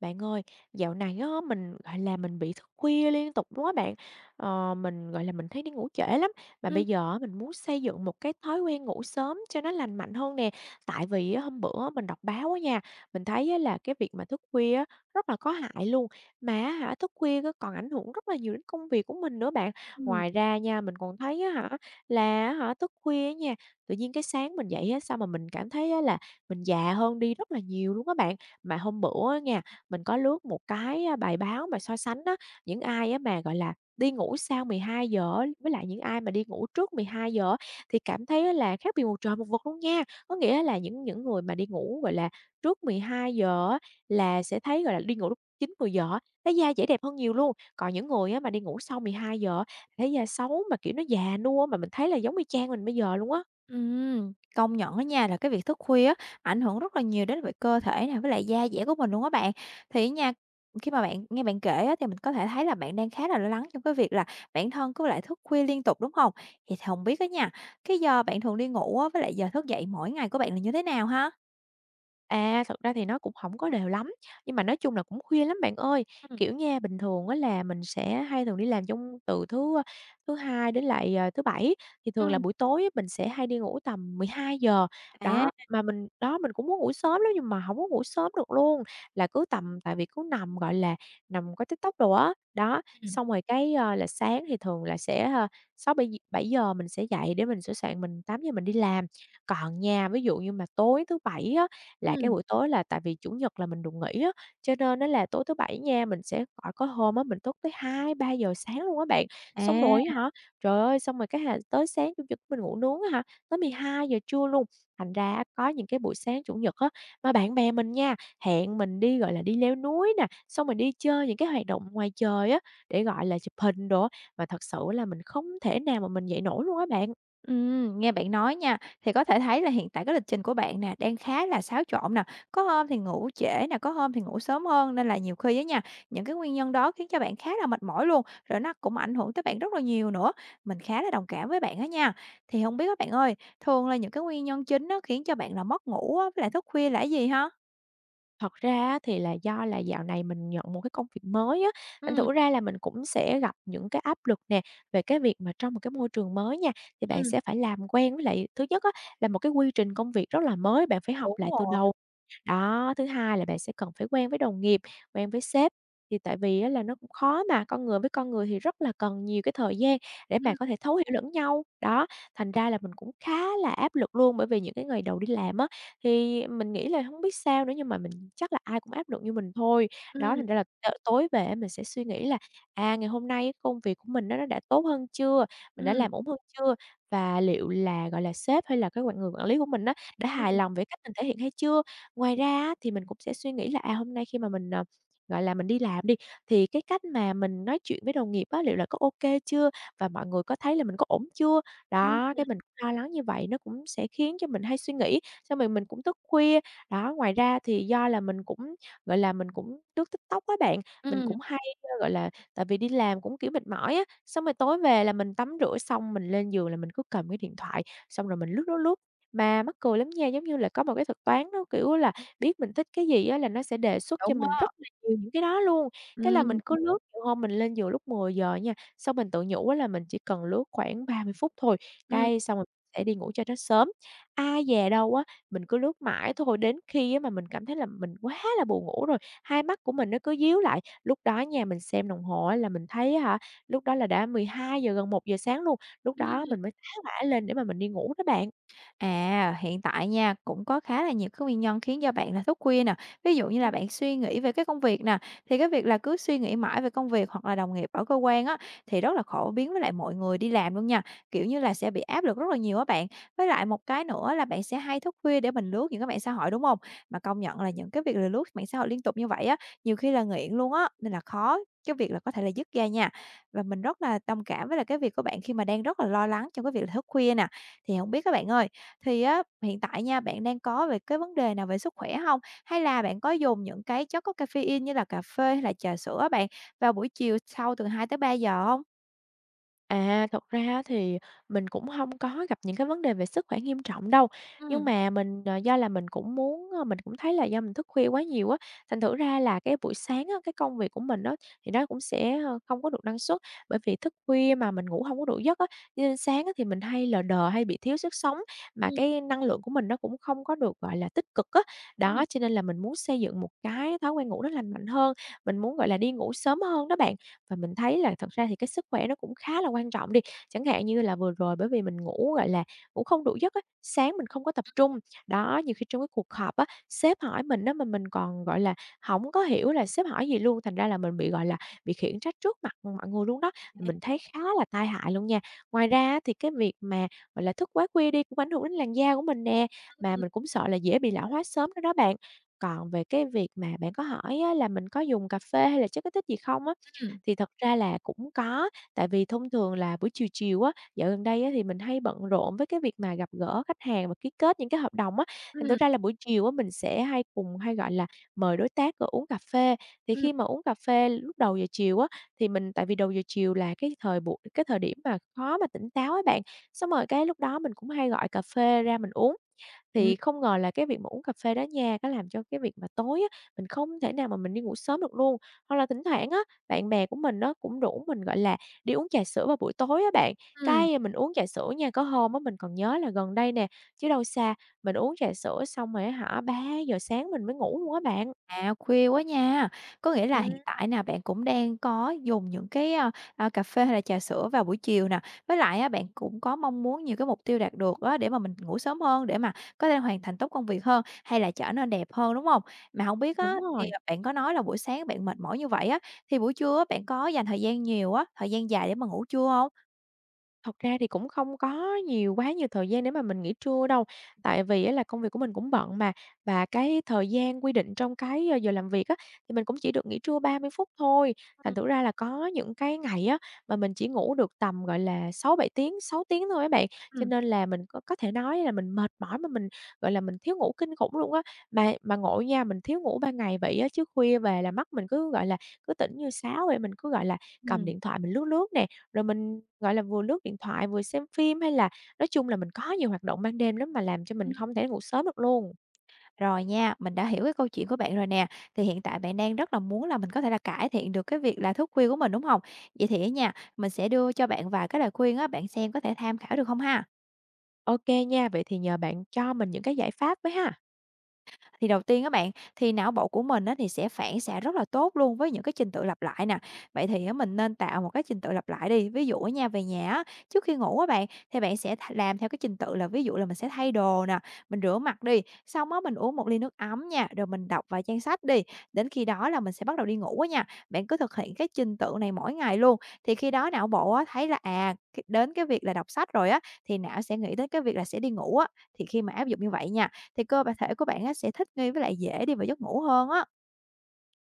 Bạn ơi, dạo này á, mình, gọi là, mình bị thức khuya liên tục luôn á bạn. Mình, gọi là, mình thấy đi ngủ trễ lắm, mà bây Ừm, giờ á mình muốn xây dựng một cái thói quen ngủ sớm cho nó lành mạnh hơn nè. Tại vì á, hôm bữa mình đọc báo á nha, mình thấy á là cái việc mà thức khuya á, rất là có hại luôn, mà á hả, thức khuya á còn ảnh hưởng rất là nhiều đến công việc của mình nữa bạn. ừm, Ngoài ra nha, mình còn thấy á hả, là á hả, thức khuya á nha, tự nhiên cái sáng mình dậy á, sao mà mình cảm thấy á là mình già hơn đi rất là nhiều luôn á bạn. Mà hôm bữa á nha mình có lướt một cái, bài báo mà so sánh á, những ai á mà, gọi là, đi ngủ sau 12:00 á, với lại những ai mà đi ngủ trước 12:00 á, thì cảm thấy á là khác biệt một trời một vực luôn nha. Có nghĩa là những người mà đi ngủ, gọi là, trước 12:00 á, là sẽ thấy, gọi là, đi ngủ lúc 9:00-10:00 á, thấy da dễ đẹp hơn nhiều luôn. Còn những người á mà đi ngủ sau 12:00 á, thấy da xấu mà, kiểu, nó già nua mà mình thấy là giống y chang mình bây giờ luôn á. công nhận á nha là cái việc thức khuya á, ảnh hưởng rất là nhiều đến về cơ thể nè, với lại da dẻ của mình luôn á bạn. Thì á nha, khi mà bạn nghe bạn kể á, thì mình có thể thấy là bạn đang khá là lo lắng trong cái việc là bản thân cứ lại thức khuya liên tục, đúng không? Thì không biết á nha, cái giờ bạn thường đi ngủ á, với lại giờ thức dậy mỗi ngày của bạn là như thế nào ha? À, thật ra thì nó cũng không có đều lắm, nhưng mà nói chung là cũng khuya lắm bạn ơi. Ừm, Kiểu nha, bình thường á là mình sẽ hay thường đi làm trong từ thứ, thứ Hai đến lại, thứ Bảy, thì thường là ừm, buổi tối á mình sẽ hay đi ngủ tầm mười hai giờ. à, Đó, mà mình đó, mình cũng muốn ngủ sớm lắm nhưng mà không có ngủ sớm được luôn, là cứ tầm tại vì cứ nằm, gọi là, nằm coi TikTok đồ á. Đó, ừm, xong rồi cái, là sáng thì thường là sẽ, 6:00-7:00 7:00 mình sẽ dậy để mình sửa soạn mình 8:00 mình đi làm. Còn nha, ví dụ như mà tối thứ Bảy á, là cái ừm, buổi tối là tại vì Chủ nhật là mình được nghỉ á, cho nên nó là tối thứ Bảy nha, mình sẽ gọi có hôm á, mình thức tới hai ba giờ sáng luôn á bạn. Xong rồi à. á hả, trời ơi, xong rồi cái là tới sáng Chủ nhật mình ngủ nướng á hả, tới mười hai giờ trưa luôn. Thành ra á, có những cái buổi sáng Chủ nhật á, mà bạn bè mình nha, hẹn mình đi, gọi là, đi leo núi nè, xong mình đi chơi những cái hoạt động ngoài trời á, để, gọi là, chụp hình đồ á, mà thật sự là mình không thể nào mà mình dậy nổi luôn á bạn. Nghe bạn nói nha, thì có thể thấy là hiện tại cái lịch trình của bạn nè, đang khá là xáo trộn nè, có hôm thì ngủ trễ nè, có hôm thì ngủ sớm hơn, nên là nhiều khi á nha, những cái nguyên nhân đó khiến cho bạn khá là mệt mỏi luôn, rồi nó cũng ảnh hưởng tới bạn rất là nhiều nữa. Mình khá là đồng cảm với bạn á nha. Thì không biết các bạn ơi, thường là những cái nguyên nhân chính nó khiến cho bạn là mất ngủ á, với lại thức khuya là cái gì ha? Thật ra á thì là do là dạo này mình nhận một cái công việc mới á, thành Ừm, thử ra là mình cũng sẽ gặp những cái áp lực nè, về cái việc mà trong một cái môi trường mới nha, thì bạn ừm, sẽ phải làm quen với lại thứ nhất á, là một cái quy trình công việc rất là mới, bạn phải học đúng lại từ rồi. đầu. Đó, thứ hai là bạn sẽ cần phải quen với đồng nghiệp, quen với sếp, thì tại vì á là nó cũng khó mà, con người với con người thì rất là cần nhiều cái thời gian để mà Ừm, có thể thấu hiểu lẫn nhau. Đó, thành ra là mình cũng khá là áp lực luôn, bởi vì những cái ngày đầu đi làm á, thì mình nghĩ là không biết sao nữa nhưng mà mình chắc là ai cũng áp lực như mình thôi. Đó, ừm, thành ra là tối về á mình sẽ suy nghĩ là, à, ngày hôm nay công việc của mình á nó đã tốt hơn chưa? Mình đã ừm, làm ổn hơn chưa? Và liệu là, gọi là, sếp hay là cái quản người quản lý của mình á đã hài ừm, lòng về cách mình thể hiện hay chưa? Ngoài ra á, thì mình cũng sẽ suy nghĩ là, à, hôm nay khi mà mình, gọi là, mình đi làm đi, thì cái cách mà mình nói chuyện với đồng nghiệp á, liệu là có ok chưa? Và mọi người có thấy là mình có ổn chưa? ừm, Đó, cái mình cũng lo lắng như vậy nó cũng sẽ khiến cho mình hay suy nghĩ, xong rồi mình cũng thức khuya. Đó, ngoài ra thì do là mình cũng, gọi là, mình cũng lướt TikTok á bạn, mình ừm, cũng hay, gọi là, tại vì đi làm cũng, kiểu, mệt mỏi á, xong rồi tối về là mình tắm rửa xong mình lên giường là mình cứ cầm cái điện thoại, xong rồi mình lướt, lướt, lướt. Mà mắc cười lắm nha, giống như là có một cái thuật toán nó, kiểu là, biết mình thích cái gì á là nó sẽ đề xuất cho đúng mình rất á. là nhiều những cái đó luôn. Cái là mình Ừm, cứ lướt, nhiều hôm mình lên giường lúc mười giờ nha, xong mình tự nhủ á là mình chỉ cần lướt khoảng 30 phút thôi, ừm, cái xong rồi mình sẽ đi ngủ cho nó sớm. Ai dè đâu á, mình cứ lướt mãi thôi, đến khi á mà mình cảm thấy là mình quá là buồn ngủ rồi, hai mắt của mình nó cứ díu lại. Lúc đó nha, mình xem đồng hồ á là mình thấy á hả, lúc đó là đã mười hai giờ gần một giờ sáng luôn, lúc đó ừm. mình mới tá hỏa lên để mà mình đi ngủ đó bạn. À, hiện tại nha, cũng có khá là nhiều cái nguyên nhân khiến cho bạn là thức khuya nè. Ví dụ như là bạn suy nghĩ về cái công việc nè, thì cái việc là cứ suy nghĩ mãi về công việc hoặc là đồng nghiệp ở cơ quan á, thì rất là khổ biến với lại mọi người đi làm luôn nha. Kiểu như là sẽ bị áp lực rất là nhiều á bạn. Với lại một cái nữa là bạn sẽ hay thức khuya để mình lướt những cái mạng xã hội, đúng không? Mà công nhận là những cái việc là lướt mạng xã hội liên tục như vậy á, nhiều khi là nghiện luôn á, nên là khó cái việc là có thể là dứt ra nha, và mình rất là đồng cảm với là cái việc của bạn khi mà đang rất là lo lắng trong cái việc là thức khuya nè. Thì không biết các bạn ơi, thì á, hiện tại nha, bạn đang có về cái vấn đề nào về sức khỏe hông? Hay là bạn có dùng những cái chất có caffeine như là cà phê hay là trà sữa á bạn, vào buổi chiều sau từ 2 tới 3 giờ hông? À, thật ra á thì mình cũng không có gặp những cái vấn đề về sức khỏe nghiêm trọng đâu, nhưng Ừm, mà mình, do là mình cũng muốn, mình cũng thấy là do mình thức khuya quá nhiều á, thành thử ra là cái buổi sáng á, cái công việc của mình đó thì nó cũng sẽ, không có được năng suất, bởi vì thức khuya mà mình ngủ không có đủ giấc á, cho nên sáng á thì mình hay lờ đờ, hay bị thiếu sức sống, mà ừm, cái năng lượng của mình nó cũng không có được, gọi là, tích cực á. Đó, ừm, cho nên là mình muốn xây dựng một cái thói quen ngủ nó lành mạnh hơn, mình muốn, gọi là, đi ngủ sớm hơn đó bạn. Và mình thấy là thật ra thì cái sức khỏe nó cũng khá là quan trọng đi, chẳng hạn như là vừa rồi bởi vì mình ngủ, gọi là, ngủ không đủ giấc á, sáng mình không có tập trung. Đó, nhiều khi trong cái cuộc họp á, sếp hỏi mình á mà mình còn, gọi là, không có hiểu là sếp hỏi gì luôn, thành ra là mình bị, gọi là, bị khiển trách trước mặt mọi người luôn đó, mình thấy khá là tai hại luôn nha. Ngoài ra á thì cái việc mà, gọi là, thức quá khuya đi cũng ảnh hưởng đến làn da của mình nè, mà ừm, mình cũng sợ là dễ bị lão hóa sớm nữa đó bạn. Còn về cái việc mà bạn có hỏi á là mình có dùng cà phê hay là chất kích thích gì không á, ừm, thì thật ra là cũng có, tại vì thông thường là buổi chiều chiều á, dạo gần đây á thì mình hay bận rộn với cái việc mà gặp gỡ khách hàng và ký kết những cái hợp đồng á, thành thử ừm, ra là buổi chiều á mình sẽ hay gọi là, mời đối tác, rồi uống cà phê. Thì ừm, khi mà uống cà phê lúc đầu giờ chiều á, thì mình tại vì đầu giờ chiều là cái thời điểm mà khó mà tỉnh táo á bạn, xong rồi cái lúc đó mình cũng hay gọi cà phê ra mình uống. ừm. Thì không ngờ là cái việc mà uống cà phê đó nha, nó làm cho cái việc mà tối á, mình không thể nào mà mình đi ngủ sớm được luôn. Hoặc là thỉnh thoảng á, bạn bè của mình nó cũng rủ mình, gọi là, đi uống trà sữa vào buổi tối á bạn. Ừm. Mình uống trà sữa nha, có hôm á, mình còn nhớ là gần đây nè, chứ đâu xa, mình uống trà sữa xong rồi á hả, ba giờ sáng mình mới ngủ luôn á bạn. À, khuya quá nha. Có nghĩa là Ừm, hiện tại nè, bạn cũng đang có dùng những cái, cà phê hay là trà sữa vào buổi chiều nè. Với lại á, bạn cũng có mong muốn nhiều cái mục tiêu đạt được á, để mà mình ngủ sớm hơn, để mà có thể hoàn thành tốt công việc hơn, hay là trở nên đẹp hơn, đúng không? Mà không biết á, đúng thì rồi. bạn có nói là buổi sáng bạn mệt mỏi như vậy á, thì buổi trưa á, bạn có dành thời gian nhiều á, thời gian dài để mà ngủ chưa không? Thật ra thì cũng không có quá nhiều thời gian để mà mình nghỉ trưa đâu, tại vì á là công việc của mình cũng bận mà, và cái thời gian quy định trong cái, giờ làm việc á, thì mình cũng chỉ được nghỉ trưa 30 phút thôi. Thành Ừm. thử ra là có những cái ngày á, mà mình chỉ ngủ được tầm, gọi là, 6-7 tiếng, 6 tiếng thôi các bạn, cho Ừm, nên là mình có thể nói là mình mệt mỏi mà mình, gọi là, mình thiếu ngủ kinh khủng luôn á. Mà ngộ nha, mình thiếu ngủ ban ngày vậy á, chứ khuya về là mắt mình cứ, gọi là, cứ tỉnh như sáo vậy, mình cứ, gọi là, cầm ừm. điện thoại mình lướt lướt nè, rồi mình, gọi là, vừa lướt điện thoại, vừa xem phim, hay là nói chung là mình có nhiều hoạt động ban đêm lắm mà làm cho mình không thể ngủ sớm được luôn. Rồi nha, mình đã hiểu cái câu chuyện của bạn rồi nè. Thì hiện tại bạn đang rất là muốn là mình có thể là cải thiện được cái việc là thức khuya của mình, đúng không? Vậy thì á nha, mình sẽ đưa cho bạn vài cái lời khuyên á, bạn xem có thể tham khảo được không ha? OK nha, vậy thì nhờ bạn cho mình những cái giải pháp với ha. Thì đầu tiên các bạn, thì não bộ của mình á thì sẽ phản xạ rất là tốt luôn với những cái trình tự lặp lại nè. Vậy thì á mình nên tạo một cái trình tự lặp lại đi, ví dụ ở nhà về nhà á, trước khi ngủ á bạn, thì bạn sẽ làm theo cái trình tự là ví dụ là mình sẽ thay đồ nè, mình rửa mặt đi, xong á mình uống một ly nước ấm nha, rồi mình đọc vài trang sách đi, đến khi đó là mình sẽ bắt đầu đi ngủ á nha. Bạn cứ thực hiện cái trình tự này mỗi ngày luôn, thì khi đó não bộ á thấy là, à, cái đến cái việc là đọc sách rồi á, thì não sẽ nghĩ đến cái việc là sẽ đi ngủ á. Thì khi mà áp dụng như vậy nha, thì cơ thể của bạn á sẽ thích nghi với lại dễ đi vào giấc ngủ hơn á.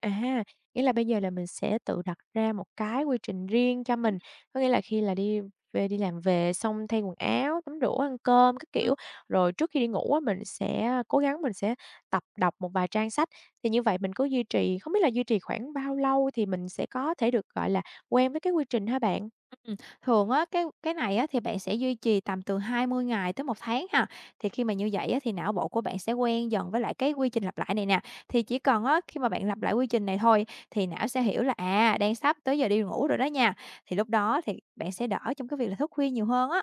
À, nghĩa là bây giờ là mình sẽ tự đặt ra một cái quy trình riêng cho Ừm, mình, có nghĩa là khi là đi về đi làm về xong thay quần áo, tắm rửa, ăn cơm các ừm, kiểu, rồi trước khi đi ngủ á, mình sẽ cố gắng mình sẽ tập đọc một vài trang sách. Thì như vậy mình cứ duy trì, không biết là duy trì khoảng bao lâu thì mình sẽ có thể được, gọi là, quen với cái quy trình hả bạn? ừm. Thường á, cái này á thì bạn sẽ duy trì tầm từ 20 ngày tới một tháng ha. Thì khi mà như vậy á thì não bộ của bạn sẽ quen dần với lại cái quy trình lặp lại này nè. Thì chỉ cần á, khi mà bạn lặp lại quy trình này thôi thì não sẽ hiểu là, à, đang sắp tới giờ đi ngủ rồi đó nha. Thì lúc đó thì bạn sẽ đỡ trong cái việc là thức khuya nhiều hơn á.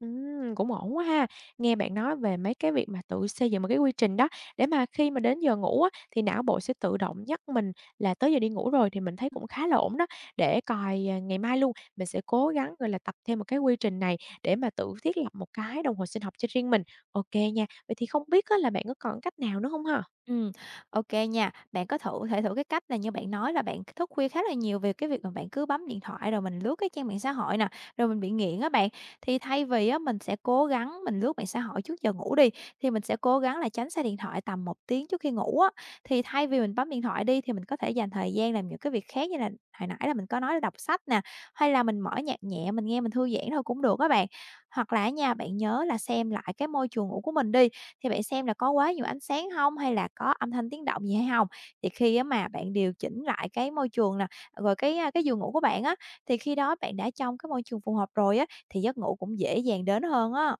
Cũng ổn quá ha. Nghe bạn nói về mấy cái việc mà tự xây dựng một cái quy trình đó, để mà khi mà đến giờ ngủ á, thì não bộ sẽ tự động nhắc mình là tới giờ đi ngủ rồi thì mình thấy cũng khá là ổn đó. Để coi, à, ngày mai luôn, mình sẽ cố gắng, gọi là, tập thêm một cái quy trình này để mà tự thiết lập một cái đồng hồ sinh học cho riêng mình. OK nha. Vậy thì không biết á là bạn có còn cách nào nữa không ha? Ừ, ok nha. Bạn có thử cái cách là như bạn nói là bạn thức khuya khá là nhiều về cái việc mà bạn cứ bấm điện thoại rồi mình lướt cái trang mạng xã hội nè, rồi mình bị nghiện á bạn. Thì thay vì á mình sẽ cố gắng mình lướt mạng xã hội trước giờ ngủ đi, thì mình sẽ cố gắng là tránh xa điện thoại tầm một tiếng trước khi ngủ á. Thì thay vì mình bấm điện thoại đi thì mình có thể dành thời gian làm những cái việc khác như là hồi nãy là mình có nói là đọc sách nè, hay là mình mở nhạc nhẹ, mình nghe mình thư giãn thôi cũng được các bạn. Hoặc là á nha, bạn nhớ là xem lại cái môi trường ngủ của mình đi, thì bạn xem là có quá nhiều ánh sáng hông, hay là có âm thanh tiếng động gì hay hông? Thì khi á mà bạn điều chỉnh lại cái môi trường nè, rồi cái, cái giường ngủ của bạn á, thì khi đó bạn đã trong cái môi trường phù hợp rồi á, thì giấc ngủ cũng dễ dàng đến hơn á.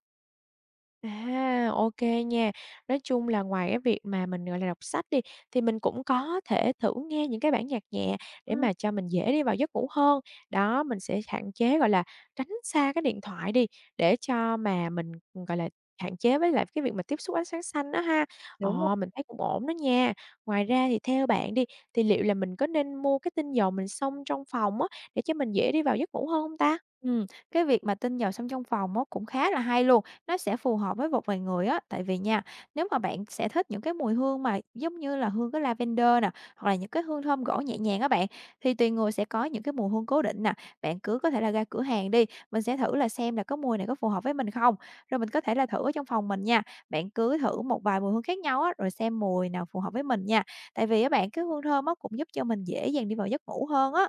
À, OK nha. Nói chung là ngoài cái việc mà mình, gọi là, đọc sách đi, thì mình cũng có thể thử nghe những cái bản nhạc nhẹ để Ừm, mà cho mình dễ đi vào giấc ngủ hơn. Đó, mình sẽ hạn chế, gọi là, tránh xa cái điện thoại đi, để cho mà mình, gọi là, hạn chế với lại cái việc mà tiếp xúc ánh sáng xanh đó ha. đúng. Ờ, mình thấy cũng ổn đó nha. Ngoài ra thì theo bạn đi, thì liệu là mình có nên mua cái tinh dầu mình xông trong phòng á, để cho mình dễ đi vào giấc ngủ hơn không ta? Cái việc mà tinh dầu xông trong phòng á cũng khá là hay luôn, nó sẽ phù hợp với một vài người á, tại vì nha, nếu mà bạn sẽ thích những cái mùi hương mà giống như là hương cái lavender nè, hoặc là những cái hương thơm gỗ nhẹ nhàng á bạn, thì tùy người sẽ có những cái mùi hương cố định nè, bạn cứ có thể là ra cửa hàng đi, mình sẽ thử là xem là cái mùi này có phù hợp với mình không? Rồi mình có thể là thử ở trong phòng mình nha, bạn cứ thử một vài mùi hương khác nhau á, rồi xem mùi nào phù hợp với mình nha, tại vì á bạn, cái hương thơm á cũng giúp cho mình dễ dàng đi vào giấc ngủ hơn á.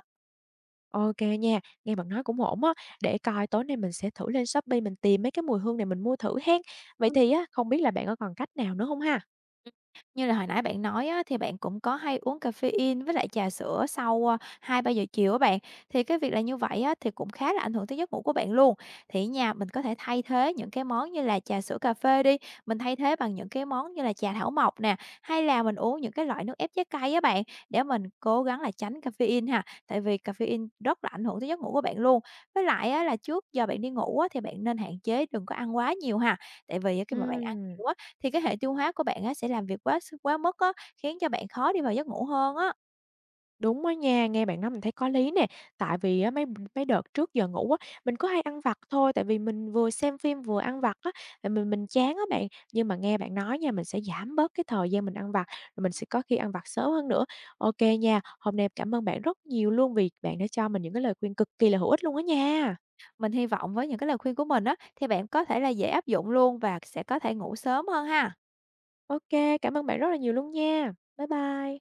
OK nha, nghe bạn nói cũng ổn á, để coi tối nay mình sẽ thử lên Shopee mình tìm mấy cái mùi hương này mình mua thử hen. Vậy thì á, không biết là bạn có còn cách nào nữa không ha? Ừm, như là hồi nãy bạn nói á, thì bạn cũng có hay uống caffeine với lại trà sữa sau, à, 2 3 giờ chiều á bạn, thì cái việc là như vậy á, thì cũng khá là ảnh hưởng tới giấc ngủ của bạn luôn. Thì nhà mình có thể thay thế những cái món như là trà sữa, cà phê đi, mình thay thế bằng những cái món như là trà thảo mộc nè, hay là mình uống những cái loại nước ép trái cây á bạn, để mình cố gắng là tránh caffeine ha, tại vì caffeine rất là ảnh hưởng tới giấc ngủ của bạn luôn. Với lại á, là trước giờ bạn đi ngủ á, thì bạn nên hạn chế đừng có ăn quá nhiều ha, tại vì á, khi mà bạn ăn Ừm. nhiều á thì cái hệ tiêu hóa của bạn á sẽ làm việc quá mức á, khiến cho bạn khó đi vào giấc ngủ hơn á. Đúng á nha, nghe bạn nói mình thấy có lý nè, tại vì á, mấy mấy đợt trước giờ ngủ á, mình có hay ăn vặt thôi, tại vì mình vừa xem phim vừa ăn vặt á, tại mình chán á bạn. Nhưng mà nghe bạn nói nha, mình sẽ giảm bớt cái thời gian mình ăn vặt, rồi mình sẽ có khi ăn vặt sớm hơn nữa. OK nha, hôm nay cảm ơn bạn rất nhiều luôn vì bạn đã cho mình những cái lời khuyên cực kỳ là hữu ích luôn á nha. Mình hy vọng với những cái lời khuyên của mình á, thì bạn có thể là dễ áp dụng luôn và sẽ có thể ngủ sớm hơn ha. OK, cảm ơn bạn rất là nhiều luôn nha. Bye bye.